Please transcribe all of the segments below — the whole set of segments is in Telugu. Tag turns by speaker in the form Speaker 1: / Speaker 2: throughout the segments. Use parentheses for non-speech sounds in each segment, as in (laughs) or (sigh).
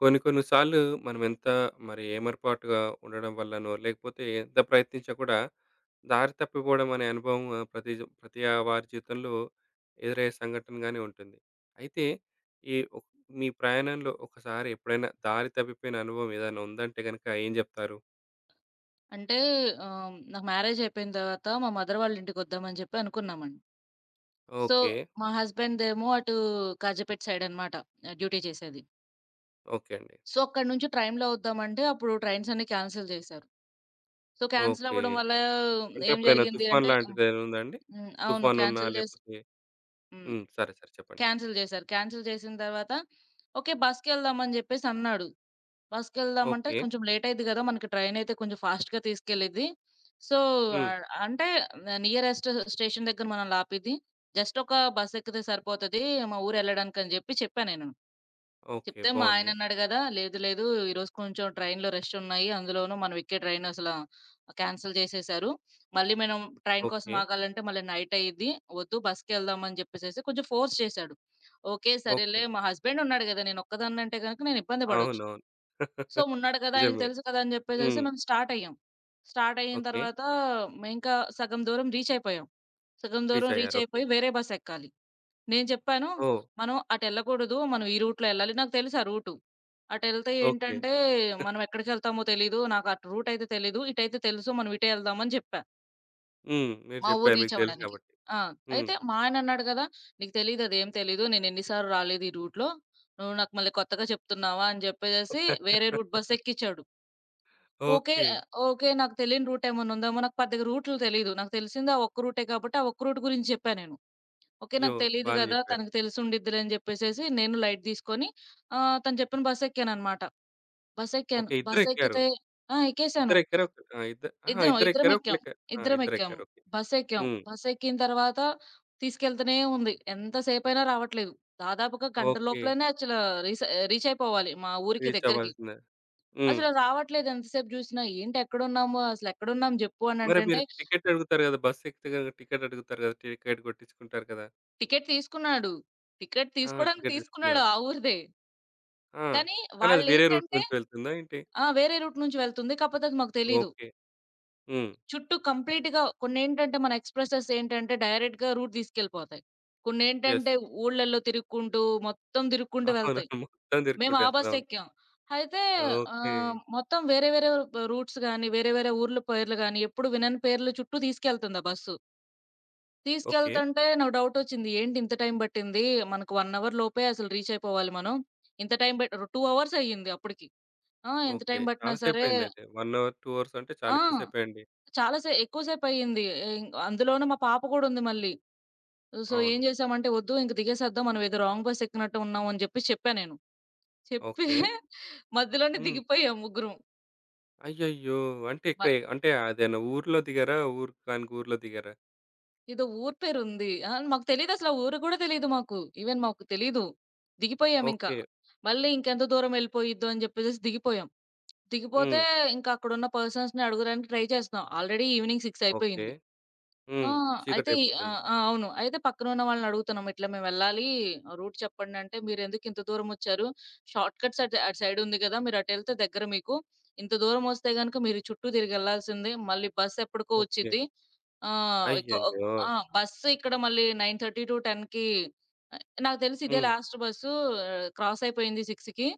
Speaker 1: కొన్ని కొన్ని సార్లు మనం ఎంత మరి ఏమరపాటుగా ఉండడం వల్లనో, లేకపోతే ఎంత ప్రయత్నించినా కూడా దారి తప్పిపోవడం అనే అనుభవం ప్రతి వారి జీవితంలో ఎదురయ్యే సంఘటనగానే ఉంటుంది. అయితే ఈ ఒక్ మీ ప్రయాణంలో ఒకసారి ఎప్పుడైనా దారి తప్పిపోయిన అనుభవం ఏదైనా ఉందంటే గనక ఏం జెప్తారు?
Speaker 2: అంటే నాకు మ్యారేజ్ అయిపోయిన తర్వాత మా మదర్ వాళ్ళ ఇంటికొద్దామని చెప్పి అనుకున్నామండి. So,
Speaker 1: okay.
Speaker 2: మా హస్బెండ్‌దేమో అటు కాజీపేట సైడ్ అనమాట డ్యూటీ చేసేది.
Speaker 1: ఓకే అండి.
Speaker 2: సో, అక్కడి నుంచి ట్రైన్‌లో వద్దామంటే అప్పుడు ట్రైన్స్ అన్నీ క్యాన్సెల్ చేశారు. So, cancel
Speaker 1: okay.
Speaker 2: అవ్వడం వల్ల
Speaker 1: అంటే
Speaker 2: ఏం
Speaker 1: ఎప్పుడైనా
Speaker 2: జరిగింది
Speaker 1: తుఫాన్
Speaker 2: అంటే హ్మ్.
Speaker 1: లాంటిదేమైనా ఉందా అండి?
Speaker 2: అవును.
Speaker 1: తుఫాన్ ఉన్నా
Speaker 2: క్యాన్సెల్ చేసి
Speaker 1: లేకపోతే
Speaker 2: హ్మ్.
Speaker 1: హ్మ్. సరే. సరే. చెప్పండి.
Speaker 2: క్యాన్సెల్ చేశారు. క్యాన్సెల్ చేసిన తర్వాత ఓకే. బస్‌కెళ్దాం అని చెప్పేసి అన్నాడు. బస్‌కెళ్దామంటే
Speaker 1: ఓకే.
Speaker 2: కొంచెం లేట్ అయిద్ది గదా! మనకి ట్రైనయితే కొంచెం ఫాస్ట్‌గా తీసుకెళ్ళిద్ది. సో,
Speaker 1: హ్మ్.
Speaker 2: ఆహ్, అంటే నియరెస్ట్ స్టేషన్ దగ్గర మనల్ని ఆపిద్ది. జస్ట్ ఒక బస్ ఎక్కితే సరిపోతది. మా ఊరెళ్ళడానికని జెప్పి చెప్పా నేను.
Speaker 1: ఓకే.
Speaker 2: చెప్తే మా
Speaker 1: బావుంది.
Speaker 2: ఆయనన్నాడు గదా! లేదు లేదు, ఈరోజు కొంచెం ట్రైన్‌లో రష్ ఉన్నాయి. అందులోనూ మనం ఎక్కే ట్రైన్ అసల క్యాన్సిల్ చేసేశారు. మళ్ళీ మనం ట్రైన్ కోసం
Speaker 1: ఓకే.
Speaker 2: ఆగాలంటే మళ్ళీ నైట్ అయ్యిద్ది. వద్దు బస్‌కెళ్దాం అని జెప్పేసేసి కొంచెం ఫోర్స్ చేశాడు. ఓకే.
Speaker 1: ఓకే.
Speaker 2: సరేలే, మా హస్బెండ్ ఉన్నాడు గదా! నేనొక్కదాన్నంటే గనుక నేను ఇబ్బంది పడొచ్చు.
Speaker 1: అవునవును.
Speaker 2: సో,
Speaker 1: (laughs)
Speaker 2: ఉన్నాడు కదా! ఆయనకి
Speaker 1: నిజమే.
Speaker 2: తెలుసు కదా! అని జెప్పేసేసి
Speaker 1: హ్మ్.
Speaker 2: మేము స్టార్ట్ అయ్యాం. స్టార్ట్ అయిన
Speaker 1: ఓకే.
Speaker 2: తర్వాత మేము ఇంకా సగం దూరం రీచ్ అయిపోయాం. సగం
Speaker 1: రీచ్
Speaker 2: దూరం రీచ్
Speaker 1: అయ్యారు. ఓకే.
Speaker 2: అయిపోయి వేరే బస్ ఎక్కాలి. నేను చెప్పాను,
Speaker 1: ఓహ్!
Speaker 2: "మనం అటెళ్ళకూడదు. మనం ఈ రూట్‌లో ఎళ్ళాలి." నాకు తెలుసు ఆ రూటు. అటెళ్తే
Speaker 1: ఓకే.
Speaker 2: ఏంటంటే మనం ఎక్కడికెళ్తామో తెలీదు. నాకు అటు రూటయితే తెలీదు. ఇటైతే తెలుసు. మనం ఇటే ఎళ్దాం అని చెప్పా.
Speaker 1: హ్మ్. మీరు
Speaker 2: మా ఊరు
Speaker 1: చెప్పారు.
Speaker 2: రీచ్
Speaker 1: మీకు తెలుసు
Speaker 2: అవ్వడానికి.
Speaker 1: కాబట్టి.
Speaker 2: ఆ!
Speaker 1: హ్మ్.
Speaker 2: అయితే మా ఆయన అన్నాడు గదా! "నీకు తెలీదు అదేం తెలీదు. నేను ఎన్ని సార్లు రాలేదు ఈ రూట్‌లో. నువ్వు నాకు మళ్ళీ కొత్తగా చెప్తున్నావా?" అని జెప్పేసేసి వేరే రూట్
Speaker 1: (laughs)
Speaker 2: బస్ ఎక్కిచ్చాడు. ఓకే.
Speaker 1: ఓకే.
Speaker 2: ఓకే. నాకు తెలియని రూట్ ఏమన్నుందేమో, నాకు పెద్దగా రూట్లు తెలీదు. నాకు తెలిసింది ఆ ఒక్క రూటే కాబట్టి, ఆ ఒక్క రూట్ గురించి చెప్పా నేను. ఓకే.
Speaker 1: అయ్యో!
Speaker 2: నాకు తెలీదు
Speaker 1: బానే
Speaker 2: గదా!
Speaker 1: చెప్పారు.
Speaker 2: తనకు తెలిసుండిద్దిలే అని జెప్పేసేసి నేను లైట్ తీసుకొని తను చెప్పిన బస్సెక్కాననమాట. బస్సెక్కాను.
Speaker 1: ఓకే. ఇద్దరెక్కారు.
Speaker 2: బస్సెక్కితే ఆ! ఎక్కేసాను.
Speaker 1: ఇద్దరెక్కారు. ఆ! ఇద్ద అహా!
Speaker 2: ఇద్దరం
Speaker 1: ఇద్దరెక్కారా?
Speaker 2: ఎక్కాం.
Speaker 1: ఒకళ్ళెక్కారా? ఆ!
Speaker 2: ఇద్దరం ఎక్కాము.
Speaker 1: ఇద్దరెక్కారు. ఓకే.
Speaker 2: బస్సెక్కాం.
Speaker 1: హ్మ్.
Speaker 2: బస్సెక్కిన తర్వాత తీసుకెళ్తూనే ఉంది. ఎంత సేపైనా రావట్లేదు. దాదాపుగా గంట
Speaker 1: ఓకే.
Speaker 2: లోపలనే అసల రీస రీచ్ అయిపోవాలి మా ఊరికి
Speaker 1: రీచ్
Speaker 2: దగ్గరకి.
Speaker 1: అవ్వాల్సిందే. హ్మ్.
Speaker 2: అసలు రావట్లేదు ఎంతసేపు జూసినా. ఏంటి ఎక్కడున్నాము? అసలెక్కడున్నాం జెప్పు
Speaker 1: మరి మీరు
Speaker 2: అనంటంటే,
Speaker 1: టికెట్ అడుగుతారు కదా! బస్ ఎక్కితే గనుక టికెట్ అడుగుతారు కదా! టికెట్ కొట్టించుకుంటారు కదా!
Speaker 2: టికెట్ తీసుకున్నాడు. టికెట్
Speaker 1: ఆ!
Speaker 2: తీసుకోడానికి
Speaker 1: టికెట్
Speaker 2: తీసుకున్నాడు
Speaker 1: తీసుకున్నాడు.
Speaker 2: ఆ ఊరిదే.
Speaker 1: ఆ!
Speaker 2: కానీ
Speaker 1: కానీ అది వేరే రూట్
Speaker 2: వాళ్ళేంటంటే
Speaker 1: నుంచి వెళ్తుందా ఏంటి?
Speaker 2: ఆ! వేరే రూట్ నుంచి వెళ్తుంది. కాపోతే అది మాకు తెలీదు.
Speaker 1: ఓకే. హ్మ్.
Speaker 2: చుట్టూ కంప్లీట్‌గా కొన్నేంటంటే మన ఎక్స్‌ప్రెసెస్ ఏంటంటే డైరెక్ట్‌గా రూట్ తీసుకెళ్ళిపోతాయి.
Speaker 1: యెస్.
Speaker 2: కొన్నేంటంటే ఊళ్ళల్లో తిరుక్కుంటూ, మొత్తం తిరుక్కుంటూ
Speaker 1: అవును.
Speaker 2: వెళ్తాయి.
Speaker 1: మొత్తం
Speaker 2: మేము
Speaker 1: తిరుక్కుంటూ
Speaker 2: ఆ
Speaker 1: వెళ్తది.
Speaker 2: బస్
Speaker 1: అవును.
Speaker 2: ఎక్కాం. అయితే
Speaker 1: ఓకే.
Speaker 2: మొత్తం వేరే వేరే రూట్స్ గాని, వేరే వేరే ఊర్ల పేర్లు గాని ఎప్పుడు వినని పేర్లు చుట్టూ తీసుకెళ్తుంది ఆ బస్సు.
Speaker 1: ఓకే.
Speaker 2: తీసుకెళ్తంటే నాకు డౌటొచ్చింది. ఏంటి ఇంత టైం పట్టింది? మనకు 1 అవర్ లోపే అసలు రీచ్ అయిపోవాలి మనం. ఇంత టైం బెట్ 2 అవర్స్ అయ్యింది అప్పటికి. ఆ! ఎంత
Speaker 1: ఓకే.
Speaker 2: టైం పట్టినా
Speaker 1: చాలా
Speaker 2: సరే
Speaker 1: సేపయిందయితే. 1 అవర్, 2 అవర్స్ అంటే చాలా
Speaker 2: ఆ!
Speaker 1: ఎక్కువ సేపేయండి.
Speaker 2: చాలా సే ఎక్కువ సేపయ్యింది. అందులోనూ మా పాప కూడా ఉంది మళ్ళీ. సో, ఏం
Speaker 1: అవును.
Speaker 2: చేశామంటే వద్దు ఇంక దిగేసేద్దాం. మనం ఏదో రాంగ్ బస్ ఎక్కినట్టు ఉన్నాం అని చెప్పేసి చెప్పా నేను. చెప్పి
Speaker 1: ఓకే.
Speaker 2: (laughs) మధ్యలోనే
Speaker 1: హ్మ్.
Speaker 2: దిగిపోయాం ముగ్గురం.
Speaker 1: అయ్యయ్యో! అంటే
Speaker 2: మ
Speaker 1: ఇక్కడ అంటే అదేనా ఊర్లో దిగారా? ఊరు కాని ఊర్లో దిగారా?
Speaker 2: ఏదో ఊరు పేరుంది. ఆ! మాకు తెలీదసల ఆ ఊరు గూడా తెలీదు మాకు. ఈవెన్ మాకు తెలీదు. దిగిపోయామింకా.
Speaker 1: ఓకే.
Speaker 2: మళ్ళీ ఇంకెంత దూరం వెళ్ళిపోయిద్దో అని జెప్పేసేసి దిగిపోయాం. దిగిపోతే
Speaker 1: హ్మ్.
Speaker 2: ఇంకా అక్కడున్న పర్సన్స్‌ని అడగడానికి ట్రై చేస్తున్నాం. Already evening 6
Speaker 1: okay.
Speaker 2: అయిపోయింది. ఆ!
Speaker 1: హ్మ్.
Speaker 2: అయితే ఈ ఆ!
Speaker 1: చీకటయిపోతుంది.
Speaker 2: ఆ! అవును. అయితే పక్కనున్న వాళ్ళని అడుగుతున్నాం. ఇట్లా మేమెళ్ళాలి రూట్ చెప్పండంటే, "మీరెందుకింత దూరమొచ్చారు? షార్ట్ కట్స్ అటు అటు సైడుంది గదా! మీరటెళ్తే దగ్గర మీకు. ఇంత దూరమొస్తే గనుక మీరు చుట్టూ తిరిగెళ్ళాల్సిందే. మళ్ళీ బస్సెప్పటికో
Speaker 1: ఓకే.
Speaker 2: వచ్చిద్ది. ఆ! ఇక ఒక్
Speaker 1: అయ్యయ్యో!
Speaker 2: ఆ! బస్సు ఇక్కడ మళ్ళీ 9:30-10కి నాకు తెలిసి ఇదే
Speaker 1: హ్మ్.
Speaker 2: లాస్ట్ బస్సు క్రాస్ అయిపోయింది 6కి.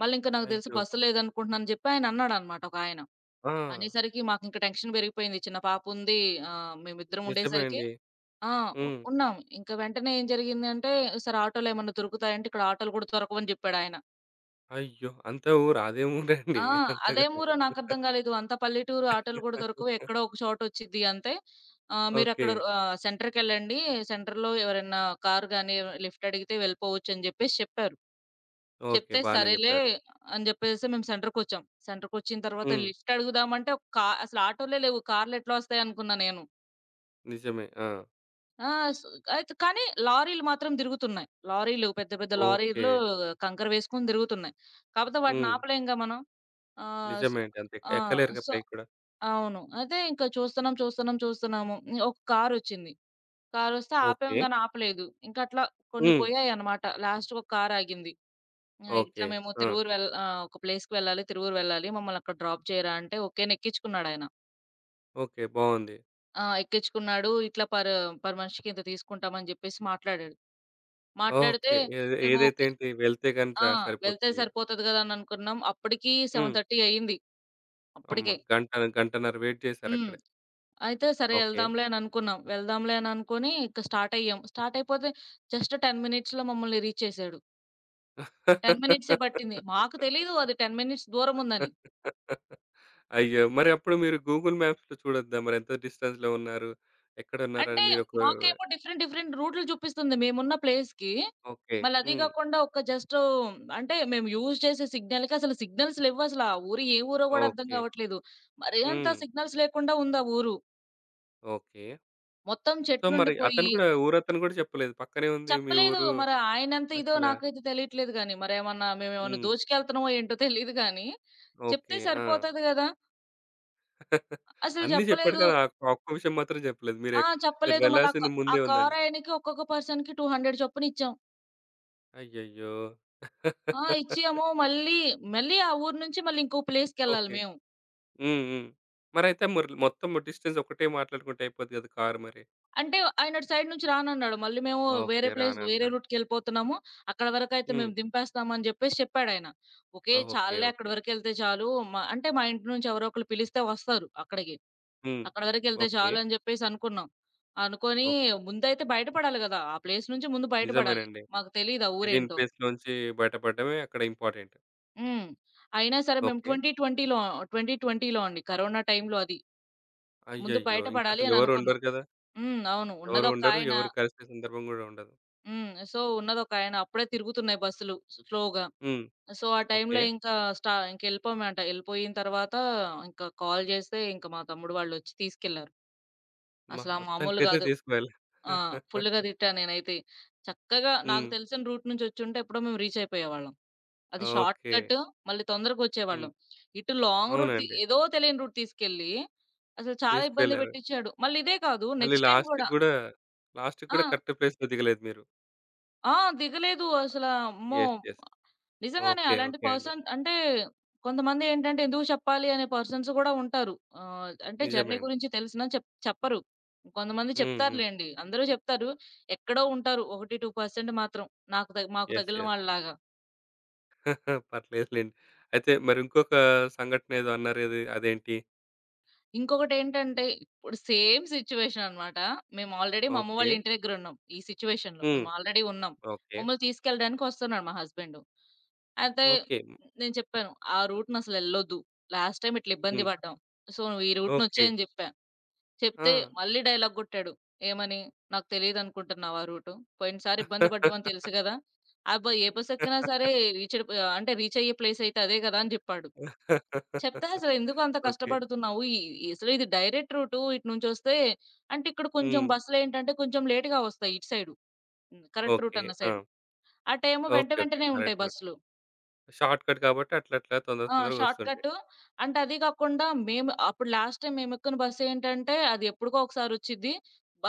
Speaker 2: మళ్ళింక నాకు తెలిసి
Speaker 1: అయ్యో!
Speaker 2: బస్సు లేదనుకుంటున్నాను అని చెప్పి ఆయనన్నాడన్నమాట ఒకాయన.
Speaker 1: ఆ!
Speaker 2: అనేసరికి మాకింక టెన్షన్ పెరిగిపోయింది. చిన్న పాపుంది. మేమిద్దరం
Speaker 1: నిజమే
Speaker 2: ఉండేసరికి
Speaker 1: అండి.
Speaker 2: ఆ!
Speaker 1: హ్మ్.
Speaker 2: ఉన్నాం. ఇంక వెంటనే ఏం జరిగిందంటే, "సార్ ఆటోలేమన్నా దొరుకుతాయి" అంటే, "ఇక్కడ ఆటోలు కూడా దొరకవని" జెప్పాడాయన.
Speaker 1: అయ్యో! అంత ఊరు అదేం ఊరండి
Speaker 2: ఆ!
Speaker 1: అంతగనం.
Speaker 2: అదేమూరో నాకర్థం కాలేదు. అంత పల్లెటూరు ఆటోలు గూడా దొరకవు. ఎక్కడో ఒక చోటొచ్చిద్ది అంతే.
Speaker 1: ఓకే.
Speaker 2: మీరక్కడ సెంటర్‌కెళ్ళండి. సెంటర్‌లో ఎవరైనా కారు గాని, లిఫ్ట్ అడిగితే వెళ్ళిపోవచ్చని జెప్పేసి చెప్పారు.
Speaker 1: ఓకే.
Speaker 2: చెప్తే
Speaker 1: బానే
Speaker 2: సరేలే
Speaker 1: జెప్పారు.
Speaker 2: అని జెప్పేసేసి మేము సెంటర్‌కొచ్చాం. సెంటర్‌కొచ్చిన తర్వాత
Speaker 1: హ్మ్.
Speaker 2: లిఫ్ట్ అడుగుదామంటే ఒక కా అసలు ఆటోలే లేవు. కార్లెట్లా వస్తాయనుకున్నా నేను.
Speaker 1: నిజమే. ఆ!
Speaker 2: ఆ! స్ అయితే కానీ లారీలు మాత్రం తిరుగుతున్నాయి. లారీలు పెద్ద పెద్ద
Speaker 1: ఓకే.
Speaker 2: లారీలు కంకర వేసుకొని తిరుగుతున్నాయి. కాపోతే వాటిని
Speaker 1: హ్మ్.
Speaker 2: ఆపలేంగా మనం. ఆహ్, స్
Speaker 1: నిజమే అండి. అంత
Speaker 2: ఆ!
Speaker 1: ఎక్కలేరుగా
Speaker 2: సో,
Speaker 1: పైకి కూడా.
Speaker 2: అవును. అయితే ఇంక చూస్తున్నాం, చూస్తున్నాం, చూస్తున్నాము. హ్మ్. ఒక కారొచ్చింది. కారొస్తే ఆపాం
Speaker 1: ఓకే.
Speaker 2: గాని ఆపలేదు. ఇంకట్లా కొన్ని
Speaker 1: హ్మ్.
Speaker 2: పోయాయన్నమాట. లాస్ట్‌కి ఒక కారాగింది. ఇట్లా
Speaker 1: ఓకే.
Speaker 2: మేము
Speaker 1: ఆ!
Speaker 2: తిరువూరు వెళ్ ఆహ్, ఒక ప్లేస్‌కి వెళ్ళాలి. తిరువూరు వెళ్ళాలి. మమ్మల్ని అక్కడ డ్రాప్ చేయరా అంటే ఓకేని ఎక్కించుకున్నాడాయన.
Speaker 1: ఓకే. బావుంది.
Speaker 2: ఆ! ఎక్కించుకున్నాడు. ఇట్లా పర్ పర్ మనిషికి ఇంత తీసుకుంటామని జెప్పేసి మాట్లాడాడు. మాట్లాడితే
Speaker 1: ఓకే. ఏది
Speaker 2: మేము
Speaker 1: ఏదైతే
Speaker 2: ఓకే
Speaker 1: ఏంటి వెళ్తే గాని
Speaker 2: ఆ! వెళ్తే
Speaker 1: సరిపోతుంది మీరు.
Speaker 2: సరిపోతది గదా! అని అనుకున్నాం. అప్పటికి
Speaker 1: హ్మ్.
Speaker 2: 7:30 అయింది.
Speaker 1: అమ్మ!
Speaker 2: అప్పటికే.
Speaker 1: గంట గంటన్నర వెయిట్
Speaker 2: హ్మ్.
Speaker 1: చేసారక్కడే.
Speaker 2: అయితే సరే
Speaker 1: ఓకే.
Speaker 2: ఎళ్దాంలే అననుకున్నాం. వెళ్దాంలే అననుకోని ఇక స్టార్ట్ అయ్యాం. స్టార్ట్ అయిపోతే జస్ట్ 10 మినిట్స్‌లో మమ్మల్ని రీచ్ చేసాడు. 10 మినిట్సే పట్టింది. మాకు తెలీదు అది 10 మినిట్స్ దూరం ఉందని.
Speaker 1: అయ్యో! మరి అప్పుడు మీరు గూగుల్ మ్యాప్స్‌లో చూడొద్దా? మరి ఎంత డిస్టెన్స్‌లో ఉన్నారు? ఎక్కడున్నారని
Speaker 2: అంటే
Speaker 1: మీరొక
Speaker 2: మాకేమో డిఫరెంట్ డిఫరెంట్ రూట్లు చూపిస్తుంది మేమున్న ప్లేస్‌కి.
Speaker 1: ఓకే.
Speaker 2: మళ్ళీ అది
Speaker 1: హ్మ్.
Speaker 2: గాకుండా ఒక జస్ట్ అంటే మేము యూజ్ చేసే సిగ్నల్‌కి అసలు సిగ్నల్స్ లెవ్వసల. ఆ ఊరు ఏ ఊరో గూడా అర్థం
Speaker 1: ఓకే.
Speaker 2: గావట్లేదు. మరీ అంత
Speaker 1: హ్మ్.
Speaker 2: సిగ్నల్స్ లేకుండా ఉంది ఆ ఊరు.
Speaker 1: ఓకే.
Speaker 2: మొత్తం
Speaker 1: సో, మరి అతను
Speaker 2: చెట్లుండిపోయి
Speaker 1: కూడా ఊరతను కూడా చెప్పలేదు. పక్కనే ఉంది మీ
Speaker 2: చెప్పలేదు.
Speaker 1: ఊరు
Speaker 2: మరి ఆయనంత ఇదో
Speaker 1: అసల
Speaker 2: నాకైతే తెలియట్లేదు గానీ. మరేమన్నా మేమేమన్నా
Speaker 1: హ్మ్.
Speaker 2: దోచుకెళ్తున్నామో ఏంటో తెలీదు గానీ, చెప్తే
Speaker 1: ఓకే. ఆ!
Speaker 2: సరిపోతది గదా!
Speaker 1: (laughs)
Speaker 2: అసలు
Speaker 1: అన్నీ చెప్పాడు
Speaker 2: చెప్పలేదు.
Speaker 1: కానీ, ఆ ఒక్క విషయం మాత్రం చెప్పలేదు. మీరే
Speaker 2: ఆ!
Speaker 1: మీరు
Speaker 2: చెప్పలేదు. మళ్ళా
Speaker 1: వెళ్ళాల్సింది
Speaker 2: ఆ
Speaker 1: ముందే ఉందని.
Speaker 2: కారాయనకి ఒక్కొక్క పర్సన్‌కి 200 చొప్పున ఇచ్చాం.
Speaker 1: అయ్యయ్యో!
Speaker 2: ఆ!
Speaker 1: (laughs)
Speaker 2: ఇచ్చాము. మళ్ళీ, మళ్ళీ ఆ ఊరు నుంచి మళ్ళీ ఇంకో ప్లేస్‌కెళ్ళాలి
Speaker 1: ఓకే.
Speaker 2: మేము.
Speaker 1: హ్మ్. హ్మ్. మరైతే మొత్తం డిస్టెన్స్ ఒకటే మాట్లాడుకుంటే అయిపోద్ది కదా! కారు మరి.
Speaker 2: అంటే ఆయన అటు సైడ్ నుంచి రానన్నాడు. మళ్ళీ మేము వేరే
Speaker 1: ఓకే.
Speaker 2: ప్లేస్ వేరే
Speaker 1: రానన్నాడు.
Speaker 2: రూట్‌కెళ్ళిపోతున్నాము. అక్కడ వరకైతే
Speaker 1: హ్మ్.
Speaker 2: మేము దింపేస్తామని జెప్పేసి చెప్పాడాయన. ఓకే.
Speaker 1: ఓకే.
Speaker 2: చాలులే
Speaker 1: ఓకే.
Speaker 2: అక్కడి వరకెళ్తే చాలు. అంటే మా ఇంటి నుంచి ఎవరో ఒకళ్ళు పిలిస్తే వస్తారు అక్కడికి.
Speaker 1: హ్మ్.
Speaker 2: అక్కడ వరకెళ్తే
Speaker 1: ఓకే.
Speaker 2: చాలు అని జెప్పేసి అనుకున్నాం. అనుకోని
Speaker 1: ఓకే.
Speaker 2: ముందైతే బయటపడాలి గదా! ఆ ప్లేస్ నుంచి ముందు బయటపడాలి.
Speaker 1: నిజమేనండి.
Speaker 2: మాకు తెలీదు ఆ
Speaker 1: తెలియని
Speaker 2: ఊరేంటో.
Speaker 1: ప్లేస్‌లోంచి బయటపడడమే అక్కడ ఇంపార్టెంట్.
Speaker 2: హ్మ్. అయినా సరే మేము
Speaker 1: ఓకే.
Speaker 2: 2020లో 2020లో అండి. కరోనా టైంలో అది. ముందు
Speaker 1: అయ్యయ్యో!
Speaker 2: బయటపడాలి అని
Speaker 1: ఇంకసలెవరు
Speaker 2: అనుకున్నాం.
Speaker 1: ఉండరు కదా!
Speaker 2: హ్మ్. అవును.
Speaker 1: ఎవరు ఉండరు.
Speaker 2: ఉన్నదొకాయన
Speaker 1: ఎవరు కలిసే సందర్భం గూడా ఉండదు.
Speaker 2: హ్మ్. సో, ఉన్నదొకాయన అప్పుడే తిరుగుతున్నాయి బస్సులు స్లోగా.
Speaker 1: హ్మ్.
Speaker 2: సో, ఆ
Speaker 1: ఓకే.
Speaker 2: టైంలో ఇంకా ఇంకెళ్ళిపోయామంట. ఎళ్ళిపోయిన తర్వాత ఇంకా కాల్ జేస్తే ఇంక మా తమ్ముడు వాళ్ళొచ్చి తీసుకెళ్లారు.
Speaker 1: అమ్మ!
Speaker 2: అసల మామూలు
Speaker 1: మొత్తానికైతే
Speaker 2: గాదు.
Speaker 1: తీసుకువెళ్ళ
Speaker 2: ఆ! ఫుల్‌గా తిట్టా నేనైతే. చక్కగా నాకు
Speaker 1: హ్మ్.
Speaker 2: తెలిసిన రూట్ నుంచి వచ్చుంటే ఎప్పుడో మేము రీచ్ అయిపోయేవాళ్ళం. అది షార్ట్
Speaker 1: ఓకే.
Speaker 2: కట్ మళ్ళీ
Speaker 1: హ్మ్.
Speaker 2: తొందరగొచ్చేవాళ్ళం. ఇటు లాంగ్ రూట్ తి
Speaker 1: అవునండి.
Speaker 2: ఏదో తెలియని రూట్ తీసుకెళ్ళి అసలు చాలా ఇబ్బంది
Speaker 1: తీసుకెళ్లారు.
Speaker 2: పెట్టిచ్చాడు. మళ్ళీ ఇదే కాదు
Speaker 1: మళ్ళీ
Speaker 2: నెక్స్ట్ టైమ్
Speaker 1: లాస్ట్‌కి
Speaker 2: గూడా
Speaker 1: గూడా, లాస్ట్‌కి
Speaker 2: ఆ!
Speaker 1: కూడా కరెక్ట్ ప్లేస్‌లో దిగలేదు మీరు.
Speaker 2: ఆ! దిగలేదు అసల. అమ్మో!
Speaker 1: యెస్. యెస్.
Speaker 2: నిజంగానే
Speaker 1: ఓకే.
Speaker 2: అలాంటి
Speaker 1: ఓకే అండి.
Speaker 2: పర్సన్ అంటే కొంతమంది ఏంటంటే ఎందుకు చెప్పాలి అనే పర్సన్స్ కూడా ఉంటారు. అంటే
Speaker 1: నిజమే
Speaker 2: జర్నీ
Speaker 1: అండి.
Speaker 2: గురించి తెలిసినా చెప్పరు. కొంతమంది
Speaker 1: హ్మ్. హ్మ్.
Speaker 2: చెప్తారులెండి. అందరూ చెప్తారు. ఎక్కడో ఉంటారు. 1, 2% మాత్రం నాకు తగ్ మాకు
Speaker 1: యెస్.
Speaker 2: తగిలిన
Speaker 1: యెస్.
Speaker 2: వాళ్ళలాగా.
Speaker 1: (laughs) పర్లేదులెండి. అయితే మరి ఇంకొక సంఘటన ఏదో అన్నారు ఏది అదేంటి?
Speaker 2: ఇంకొకటేంటంటే, ఇప్పుడు సేమ్ సిట్యుయేషన్ అనమాట. మేము ఆల్రెడీ మా అమ్మ
Speaker 1: ఓకే.
Speaker 2: వాళ్ళ ఇంటి దగ్గరున్నాం. ఈ సిట్యుయేషన్‌లో
Speaker 1: హ్మ్.
Speaker 2: మేము ఆల్రెడీ ఉన్నాం.
Speaker 1: ఓకే.
Speaker 2: మమ్మల్ని తీసుకెళ్ళడానికి వస్తున్నాడు మా హస్బెండు. అయితే
Speaker 1: ఓకే.
Speaker 2: నేను చెప్పాను, "ఆ రూట్‌నసలెళ్ళొద్దు. లాస్ట్ టైమ్ ఇట్లా ఇబ్బంది
Speaker 1: హ్మ్.
Speaker 2: పడ్డాం. సో, నువ్వు ఈ
Speaker 1: ఓకే.
Speaker 2: రూట్‌నొచ్చేయని" జెప్పా.
Speaker 1: ఆ!
Speaker 2: చెప్తే మళ్ళీ డైలాగ్ గొట్టాడు. ఏమని, "నాకు తెలీదనుకుంటున్నావా ఆ రూటు? పోయినసారి ఇబ్బంది పడ్డామని తెలుసు గదా! అబ్బా! ఏ బస్సెక్కినా
Speaker 1: (laughs)
Speaker 2: సరే రీచ్‌డ్ ఆహ్, అంటే రీచయ్యే ప్లేసయితే అదే గదా!" అని జెప్పాడు. చెప్తా అసలు ఎందుకు అంత
Speaker 1: ఓకే.
Speaker 2: కష్టపడుతున్నావు? ఈ ఈ అసలు ఇది డైరెక్ట్ రూటు ఇటునుంచొస్తే అంటే ఇక్కడ కొంచెం
Speaker 1: హ్మ్.
Speaker 2: బస్సులేంటంటే కొంచెం లేట్‌గా వస్తాయి ఇటు సైడు. హ్మ్. Correct route
Speaker 1: okay.
Speaker 2: అన్న
Speaker 1: ఆ!
Speaker 2: సైడు. అటేమో వెంట
Speaker 1: ఓకే. ఓకే.
Speaker 2: వెంటనే ఉంటాయి
Speaker 1: కరెక్ట్.
Speaker 2: బస్సులు.
Speaker 1: షార్ట్‌కట్ కాబట్టి అట్లట్లా తొందర
Speaker 2: ఆ!
Speaker 1: తొందరగా వస్తుంటాయి.
Speaker 2: షార్ట్‌కట్. అంటే అది కాకుండా మేము అప్పుడు లాస్ట్ టైమ్ మేమెక్కిన బస్సేంటంటే అది ఎప్పుడుకో ఒకసారొచ్చిద్ది.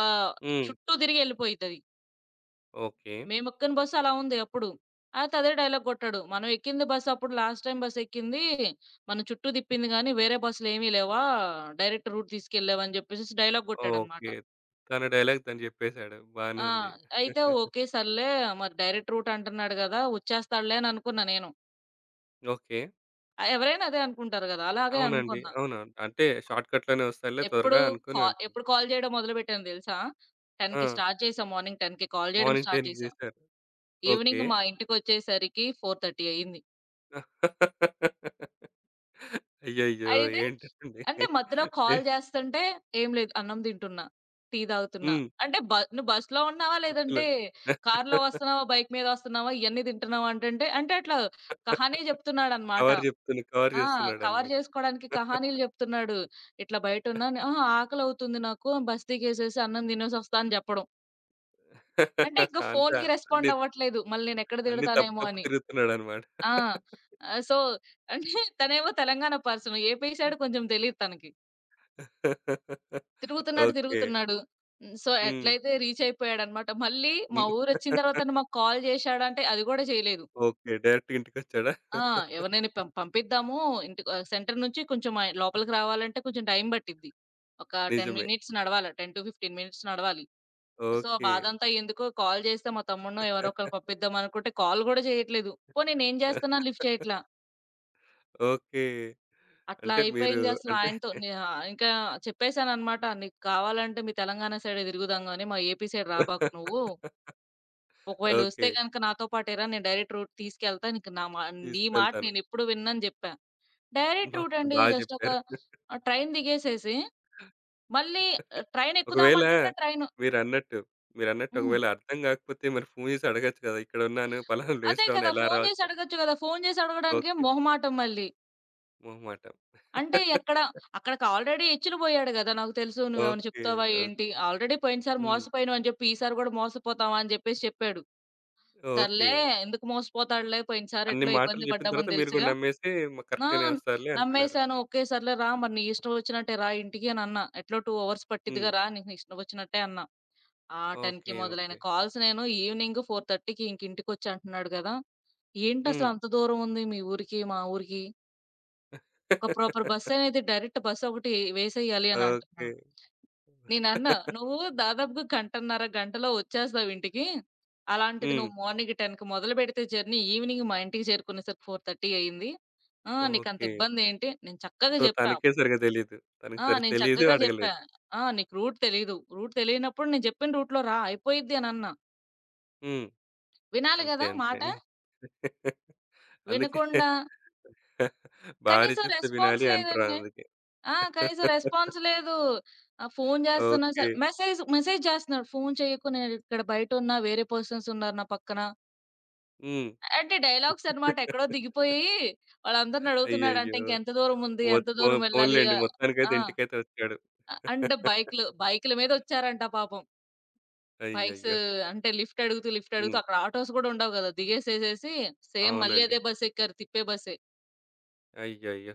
Speaker 2: ఆహ్,
Speaker 1: హ్మ్.
Speaker 2: చుట్టూ తిరిగి ఎళ్ళిపోయిద్దది.
Speaker 1: ఓకే.
Speaker 2: మేమెక్కిన బస్సు అలా ఉంది అప్పుడు. అయితే అదే డైలాగ్ కొట్టాడు. మనం ఎక్కింది బస్ అప్పుడు లాస్ట్ టైమ్ బస్ ఎక్కింది. మన చుట్టూ తిప్పింది గానీ, వేరే బస్సులేమి లేవా? డైరెక్ట్ రూట్ తీసుకెళ్ళావని జెప్పేసేసి డైలాగ్ గొట్టాడనమాట.
Speaker 1: ఓకే. తన డైలాగ్ తను చెప్పేసాడు. బానే
Speaker 2: ఆ!
Speaker 1: ఉంది.
Speaker 2: అయితే ఓకే.
Speaker 1: (laughs)
Speaker 2: సర్లే. మరి డైరెక్ట్ రూట్ అంటున్నాడు గదా! వచ్చేస్తాడులే అని అనుకున్నా నేను.
Speaker 1: ఓకే.
Speaker 2: ఎవరైనా అదే అనుకుంటారు గదా! అలాగే
Speaker 1: అవునండి.
Speaker 2: అనుకున్నా.
Speaker 1: అవునవును. అంటే షార్ట్‌కట్‌లోనే వస్తాయిలే
Speaker 2: ఎప్పుడు
Speaker 1: త్వరగా అనుకోని అనుకుంటా.
Speaker 2: ఎప్పుడు కాల్ జేయడం మొదలుబెట్టాను దెలుసా?
Speaker 1: ఆ!
Speaker 2: 10కి స్టార్ట్ చేశా. మార్నింగ్ 10కి కాల్ జేయడం
Speaker 1: మార్నింగ్
Speaker 2: స్టార్ట్
Speaker 1: 10కి
Speaker 2: చేశా.
Speaker 1: చేశారు. ఓకే.
Speaker 2: ఈవినింగ్ మా ఇంటికొచ్చేసరికి 4:30 అయింది.
Speaker 1: (laughs) అయ్యయ్యో!
Speaker 2: అయితే
Speaker 1: ఏంటండి?
Speaker 2: అంటే మధ్యలో
Speaker 1: ఏ
Speaker 2: కాల్ జేస్తుంటే, "ఏం లేదు అన్నం తింటున్నా, టీ తాగుతున్నా"
Speaker 1: హ్మ్.
Speaker 2: అంటే "నువ్వు బస్‌లో ఉన్నావా?
Speaker 1: వద్దులే.
Speaker 2: లేదంటే కార్‌లో
Speaker 1: (laughs)
Speaker 2: వస్తున్నావా? బైక్ మీద వస్తున్నావా? ఇయన్నీ తింటున్నావా?" అంటంటే అంటే అట్లా కహానీ జెప్తున్నాడనమాట.
Speaker 1: కవర్
Speaker 2: ఆ! కవర్
Speaker 1: చేస్తున్నాడన్నమాట.
Speaker 2: జేసుకోవడానికి కహానీలు జెప్తున్నాడు. ఇట్లా బయటున్నాను "ఆ! ఆకలవుతుంది నాకు బస్ దిగేసేసి అన్నం తినేసొస్తా" అని జెప్పడం. అంటే ఇంక
Speaker 1: అంతా
Speaker 2: ఫోన్‌కి
Speaker 1: (laughs) అన్ని
Speaker 2: రెస్పాండ్ అవ్వట్లేదు. మళ్ళీ నేనెక్కడ
Speaker 1: అన్ని తప్పు
Speaker 2: తిడతానేమో
Speaker 1: తప్పు
Speaker 2: అని.
Speaker 1: తిరుగుతున్నాడన్నమాట.
Speaker 2: ఆ!
Speaker 1: (laughs)
Speaker 2: ఆహ్, సో, అంటే తనేమో తెలంగాణ పర్సన్. ఏపీ సైడ్ కొంచెం తెలీదు తనకి. తిరుగుతున్నాడు,
Speaker 1: ఓకే.
Speaker 2: తిరుగుతున్నాడు. హ్మ్. సో,
Speaker 1: హ్మ్.
Speaker 2: ఎట్లయితే రీచ్ అయిపోయాడనమాట. మళ్ళీ మా
Speaker 1: హ్మ్.
Speaker 2: ఊరొచ్చిన తర్వాత మాకు కాల్ జేశాడంటే అది గూడా చేయలేదు.
Speaker 1: ఓకే. డైరెక్ట్‌గా ఇంటికొచ్చాడా?
Speaker 2: ఆ! ఎవరినైనా పంపిద్దాము ఇంటికి, సెంటర్ నుంచి కొంచెం లోపలికి రావాలంటే కొంచెం టైం పట్టిద్ది. ఒక 10
Speaker 1: నిజమే.
Speaker 2: మినిట్స్ నడవాల. 10-15 మినిట్స్ నడవాలి. సో, ఆ
Speaker 1: ఓకే.
Speaker 2: బాధంతా ఎందుకు కాల్ జేస్తే మా తమ్ముడినో ఎవరో ఒకళ్ళని పంపిద్దాం అనుకుంటే కాల్ గూడా చేయట్లేదు. పోనీ నేను జేస్తున్నా లిఫ్ట్ చేయట్లా.
Speaker 1: ఓకే.
Speaker 2: అట్లా
Speaker 1: అంటే మీరు
Speaker 2: అయిపోయింది అసలు
Speaker 1: అంటే
Speaker 2: ఆయనతో. ఇంకా చెప్పేసాననమాట. "నీకు కావాలంటే మీ తెలంగాణ సైడే తిరుగుదాం గానీ మా ఏపీ సైడ్ రాబాకు నువ్వు."
Speaker 1: ఓకే.
Speaker 2: ఒకవేళొస్తే గనక నాతో పాటేరా! నేను డైరెక్ట్ రూట్ తీసుకెళ్తా. నీకు నా మా నీ మాట
Speaker 1: తీసుకెళ్తాను.
Speaker 2: నేనెప్పుడు విననని జెప్పా. డైరెక్ట్
Speaker 1: బా
Speaker 2: రూట్ అండి.
Speaker 1: బా
Speaker 2: జస్ట్ ఒక
Speaker 1: జెప్పారు.
Speaker 2: ట్రైన్ దిగేసేసి మళ్ళీ ట్రైన్
Speaker 1: ఒకవేళ
Speaker 2: ఎక్కుదామంటేనే ట్రైను
Speaker 1: మీరన్నట్టు, మీరన్నట్టు
Speaker 2: హ్మ్.
Speaker 1: ఒకవేళ అర్థం గాకపోతే మరి ఫోన్ జేసి అడగొచ్చు గదా! ఇక్కడున్నాను, పలానా
Speaker 2: అదే
Speaker 1: ప్లేస్‌లో ఉన్నా
Speaker 2: కదా!
Speaker 1: ఎలా
Speaker 2: ఫోను జేసి
Speaker 1: రావచ్చు?
Speaker 2: అడగొచ్చు గదా! ఫోను జేసి అడగడానికేం
Speaker 1: ఓకే.
Speaker 2: మొహమాటం మళ్ళీ.
Speaker 1: మొహమాటం.
Speaker 2: అంటే ఎక్కడ అక్కడికి ఆల్రెడీ ఇచ్చిన బోయాడు గదా! నాకు తెలుసు నువ్వేమైనా
Speaker 1: ఓకే.
Speaker 2: చెప్తావా
Speaker 1: ఓకే.
Speaker 2: ఏంటి? ఆల్రెడీ పోయినసారి
Speaker 1: హ్మ్.
Speaker 2: మోసపోయినావు అని జెప్పి ఈసారి గూడా మోసపోతావా అని జెప్పేసి చెప్పాడు.
Speaker 1: ఓకే.
Speaker 2: సర్లే ఎందుకు మోసపోతాడులే పోయినసారి
Speaker 1: అన్ని
Speaker 2: ఎట్లో
Speaker 1: మాటలు
Speaker 2: ఇబ్బంది
Speaker 1: జెప్పిన తర్వాత
Speaker 2: పడ్డామని
Speaker 1: మీరు గూడా
Speaker 2: దెలుసుగా.
Speaker 1: నమ్మేసి
Speaker 2: ఆ!
Speaker 1: కరెక్ట్‌గానే వస్తారులే అనుకున్నారు.
Speaker 2: నమ్మేసాను. ఓకే. సర్లే రా మరి నీ ఇష్టం వచ్చినట్టే రా ఇంటికి అనన్నా. ఎట్లో 2 అవర్స్
Speaker 1: హ్మ్.
Speaker 2: పట్టిద్దిగా రా నీకు నీ ఇష్టం వచ్చినట్టే అన్నా. ఆ 10:00కి
Speaker 1: ఓకే.
Speaker 2: మొదలైన
Speaker 1: ఓకే.
Speaker 2: కాల్స్ నేను ఈవినింగ్ 4:30కి ఇంక ఇంటికొచ్చి అంటున్నాడు గదా! ఏంటసలు
Speaker 1: హ్మ్.
Speaker 2: అంత దూరం ఉంది మీ ఊరికి, మా ఊరికి? ఒక ప్రాపర్ బస్
Speaker 1: (laughs)
Speaker 2: అనేది డైరెక్ట్ బస్ ఒకటి వేసేయాలి అని
Speaker 1: ఓకే.
Speaker 2: అంటున్నాడు. నేనన్నా, "నువ్వు దాదాపుగా గంటన్నర, గంటలో ఒచ్చేస్తావు ఇంటికి. అలాంటిది
Speaker 1: హ్మ్.
Speaker 2: నువ్వు మార్నింగ్ 10:00కి మొదలుపెడితే జర్నీ ఈవినింగ్ మా ఇంటికి చేరుకునేసరికి 4:30 అయింది. ఆ! నీకంత
Speaker 1: ఓకే.
Speaker 2: ఇబ్బందేంటి?" నేను చక్కగా
Speaker 1: సో,
Speaker 2: చెప్పా.
Speaker 1: తనకే సరిగ్గా తెలీదు. తనకి
Speaker 2: ఆ!
Speaker 1: సరిగ్గా
Speaker 2: నేను
Speaker 1: తెలీదు,
Speaker 2: చక్కగా జెప్పా.
Speaker 1: అడగలేదు.
Speaker 2: ఆ! "నీకు రూట్ తెలీదు. రూట్ తెలియనప్పుడు నేను జెప్పిన రూట్‌లో రా అయిపోయిద్ది" అనన్నా.
Speaker 1: హ్మ్.
Speaker 2: వినాలి
Speaker 1: అంతే.
Speaker 2: గదా
Speaker 1: అంతే
Speaker 2: మాట.
Speaker 1: అండి. (laughs) అందుకే
Speaker 2: వినకుండా
Speaker 1: (laughs) భార్య
Speaker 2: కనీసం
Speaker 1: చెప్తే
Speaker 2: రెస్పాన్స్
Speaker 1: వినాలి అంటారు
Speaker 2: లేదండి.
Speaker 1: అందుకే.
Speaker 2: ఆ! కనీసం
Speaker 1: (laughs)
Speaker 2: రెస్పాన్స్ లేదు. ఫోను జేస్తున్నా
Speaker 1: ఓకే.
Speaker 2: సరే మెసేజ్ మెసేజ్ జేస్తున్నాడు. "ఫోను చేయకు నేనిక్కడ బయటున్నా. వేరే పర్సన్స్ ఉన్నారు నా పక్కన."
Speaker 1: హ్మ్.
Speaker 2: అంటే డైలాగ్స్ అన్నమాట. ఎక్కడో
Speaker 1: (laughs)
Speaker 2: దిగిపోయి వాళ్ళందరిని అడుగుతున్నాడంట.
Speaker 1: అయ్యయ్యో!
Speaker 2: ఇంకెంత దూరం ఉంది?
Speaker 1: మొ
Speaker 2: ఎంత
Speaker 1: పో
Speaker 2: దూరం వెళ్ళాలి?
Speaker 1: పోనీలెండి. మొత్తానికైతే ఇంటికైతే వచ్చాడు.
Speaker 2: ఆ! అంటే
Speaker 1: (laughs)
Speaker 2: బైక్‌ల మీద వచ్చారంట పాపం. బైక్స్
Speaker 1: అయ్యయ్యో!
Speaker 2: అంటే లిఫ్ట్ అడుగుతూ, లిఫ్ట్ అడుగుతూ
Speaker 1: హ్మ్.
Speaker 2: అక్కడ ఆటోస్ గూడా ఉండవు గదా! దిగేసేసేసి సేమ్ మళ్ళీ
Speaker 1: అవునండి.
Speaker 2: అదే బస్ ఎక్కారు. తిప్పే బస్సే.
Speaker 1: అయ్యయ్యో!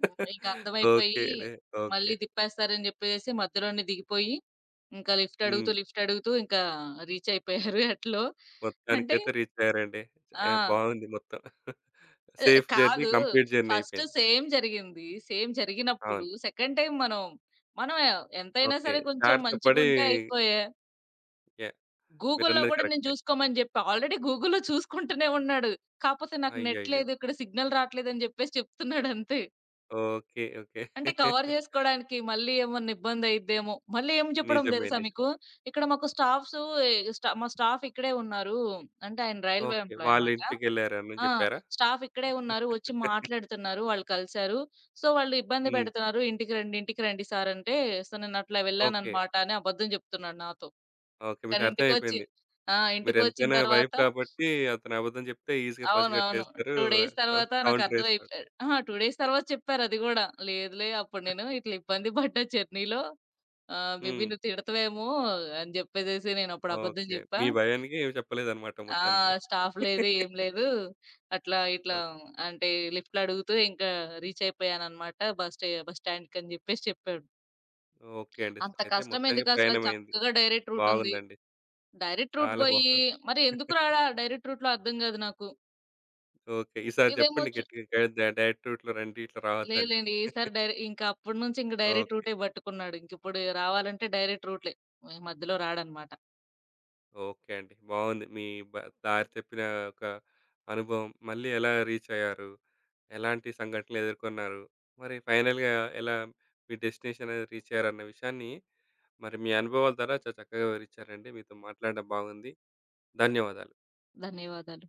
Speaker 2: హ్మ్. ఇంక అర్థమైపోయి
Speaker 1: ఓకేలే. ఓకే.
Speaker 2: మళ్ళీ తిప్పేస్తారని జెప్పేసేసి మధ్యలోనే దిగిపోయి ఇంకా లిఫ్ట్
Speaker 1: హ్మ్.
Speaker 2: అడుగుతూ, లిఫ్ట్ అడుగుతూ ఇంకా రీచ్ అయిపోయారు (laughs) ఎట్లో. అంటే
Speaker 1: మొత్తానికైతే రీచయ్యారండి. ఏ
Speaker 2: ఆ!
Speaker 1: బావుంది మొత్తం. (laughs)
Speaker 2: ఎ
Speaker 1: సేఫ్ జర్నీ,
Speaker 2: కాదు.
Speaker 1: కంప్లీట్ జర్నీ
Speaker 2: ఫస్ట్
Speaker 1: అయిపోయింది.
Speaker 2: సేమ్ జరిగింది. సేమ్
Speaker 1: అవును.
Speaker 2: జరిగినప్పుడు సెకండ్ టైమ్ మనం, మనం ఎంతైనా
Speaker 1: ఓకే.
Speaker 2: సరే కొంచెం
Speaker 1: జాగ్రత్త పడి
Speaker 2: మంచిగుంటే అయిపోయే.
Speaker 1: యాహ్!
Speaker 2: గూగుల్‌లో
Speaker 1: మీరన్నది
Speaker 2: గూడా నేను
Speaker 1: కరెక్టే.
Speaker 2: జూసుకోమని జెప్పా. ఆల్రెడీ గూగుల్‌లో చూసుకుంటూనే ఉన్నాడు. కాపోతే నాకు నెట్
Speaker 1: అయ్యయ్యో!
Speaker 2: లేదు. ఇక్కడ సిగ్నల్ రాట్లేదని జెప్పేసి చెప్తున్నాడంతే.
Speaker 1: ఓకే. ఓకే.
Speaker 2: అంటే కవర్
Speaker 1: (laughs)
Speaker 2: జేసుకోడానికి మళ్ళీ ఏమన్నా ఇబ్బందయిద్దేమో! మళ్ళీ ఏం చెప్పడం
Speaker 1: నిజమే.
Speaker 2: దెలుసా
Speaker 1: నిజం.
Speaker 2: మీకు? ఇక్కడ మాకు స్టాఫ్సు ఎ స్టా మా స్టాఫ్ ఇక్కడే ఉన్నారు. అంటే ఆయన రైల్వే
Speaker 1: ఓకే.
Speaker 2: ఎంప్లాయీ
Speaker 1: వాళ్ళ
Speaker 2: అనమాట.
Speaker 1: ఇంటికెళ్లారని
Speaker 2: ఆ!
Speaker 1: జెప్పారా?
Speaker 2: స్టాఫ్ ఇక్కడే ఉన్నారు. వచ్చి మాట్లాడుతున్నారు. వాళ్ళు కలిసారు. సో, వాళ్ళు ఇబ్బంది
Speaker 1: హ్మ్.
Speaker 2: పెడుతున్నారు. "ఇంటికి రండి, ఇంటికి రండి సార్" అంటే, సో, నేనట్లా
Speaker 1: ఓకే.
Speaker 2: వెళ్ళాననమాట అని అబద్ధం చెప్తున్నాడు నాతో.
Speaker 1: ఓకే.
Speaker 2: కానీ ఇంటికొచ్చి
Speaker 1: మీకర్థమైపోయింది.
Speaker 2: ఆ! ఇంటికొచ్చిన
Speaker 1: మీరెంతైనా వైఫ్
Speaker 2: తర్వాత
Speaker 1: కాబట్టి అతను అబద్ధం జెప్తే ఈజీగా
Speaker 2: అవును. అవును.
Speaker 1: పసిగట్టేస్తారు.
Speaker 2: 2 డేస్
Speaker 1: కౌ
Speaker 2: తర్వాత
Speaker 1: కౌంటరేస్తాడు.
Speaker 2: నాకర్థమైపోయా అహా! 2 డేస్ తర్వాత చెప్పారు అది గూడా. "లేదులే అప్పుడు నేను ఇట్లా ఇబ్బంది పడ్డా జర్నీలో. మేబీ
Speaker 1: హ్మ్.
Speaker 2: నువ్వు తిడతావేమో" అని జెప్పేసేసి నేనప్పుడు అబద్ధం
Speaker 1: ఓకే.
Speaker 2: జెప్పా.
Speaker 1: మీ భయానికి ఏమి చెప్పలేదన్నమాట
Speaker 2: ఆ!
Speaker 1: మొత్తానికి.
Speaker 2: స్టాఫ్ లేదు. ఏం
Speaker 1: (laughs)
Speaker 2: లేదు. అట్లా ఇట్లా
Speaker 1: ఓకే.
Speaker 2: అంటే లిఫ్ట్‌లో అడుగుతూ ఇంకా రీచ్ అయిపోయానన్నమాట. బస్ స్టాండ్‌కని జెప్పేసి చెప్పాడు.
Speaker 1: ఓకే అండి.
Speaker 2: అంత
Speaker 1: అయితే
Speaker 2: కష్టం
Speaker 1: మొత్తానికి
Speaker 2: ఎందుకసల
Speaker 1: ప్రయాణమైంది.
Speaker 2: చక్కగా డైరెక్ట్ రూట్ ఉంది.
Speaker 1: బాగుందండి.
Speaker 2: డైరెక్ట్ రూట్
Speaker 1: చాలా
Speaker 2: బోయి
Speaker 1: బాగుంది.
Speaker 2: మరి ఎందుకు
Speaker 1: (laughs)
Speaker 2: రాడా డైరెక్ట్ రూట్‌లో అర్థం గాదు నాకు.
Speaker 1: ఓకే. ఈసారి
Speaker 2: ఇదేమో
Speaker 1: చెప్పండి
Speaker 2: చు
Speaker 1: గట్టిగా గైడ్ డ డైరెక్ట్ రూట్‌లో రండి. ఇట్లా
Speaker 2: లేదు
Speaker 1: రావద్దని.
Speaker 2: లేండి. ఈసారి ఇంకా అప్పటి నుంచి ఇంక డైరెక్ట్
Speaker 1: ఓకే.
Speaker 2: రూటే బట్టుకున్నాడు. ఇంకిప్పుడు రావాలంటే డైరెక్ట్ రూట్‌లే. మధ్యలో రాడన్నమాట.
Speaker 1: ఓకే అండి. బాగుంది. మీ బ దారి తప్పిన ఒక అనుభవం, మళ్ళీ ఎలా రీచ్ అయ్యారు? ఎలాంటి సంఘటనలు ఎదుర్కొన్నారు? మరి ఫైనల్‌గా ఎలా మీ డెస్టినేషన్ అనేది రీచ్ అయ్యారన్న విషయాన్ని, మరి మీ అనుభవాల ద్వారా చాలా చక్కగా వివరించారండి. మీతో మాట్లాడడం బాగుంది. ధన్యవాదాలు.
Speaker 2: ధన్యవాదాలు.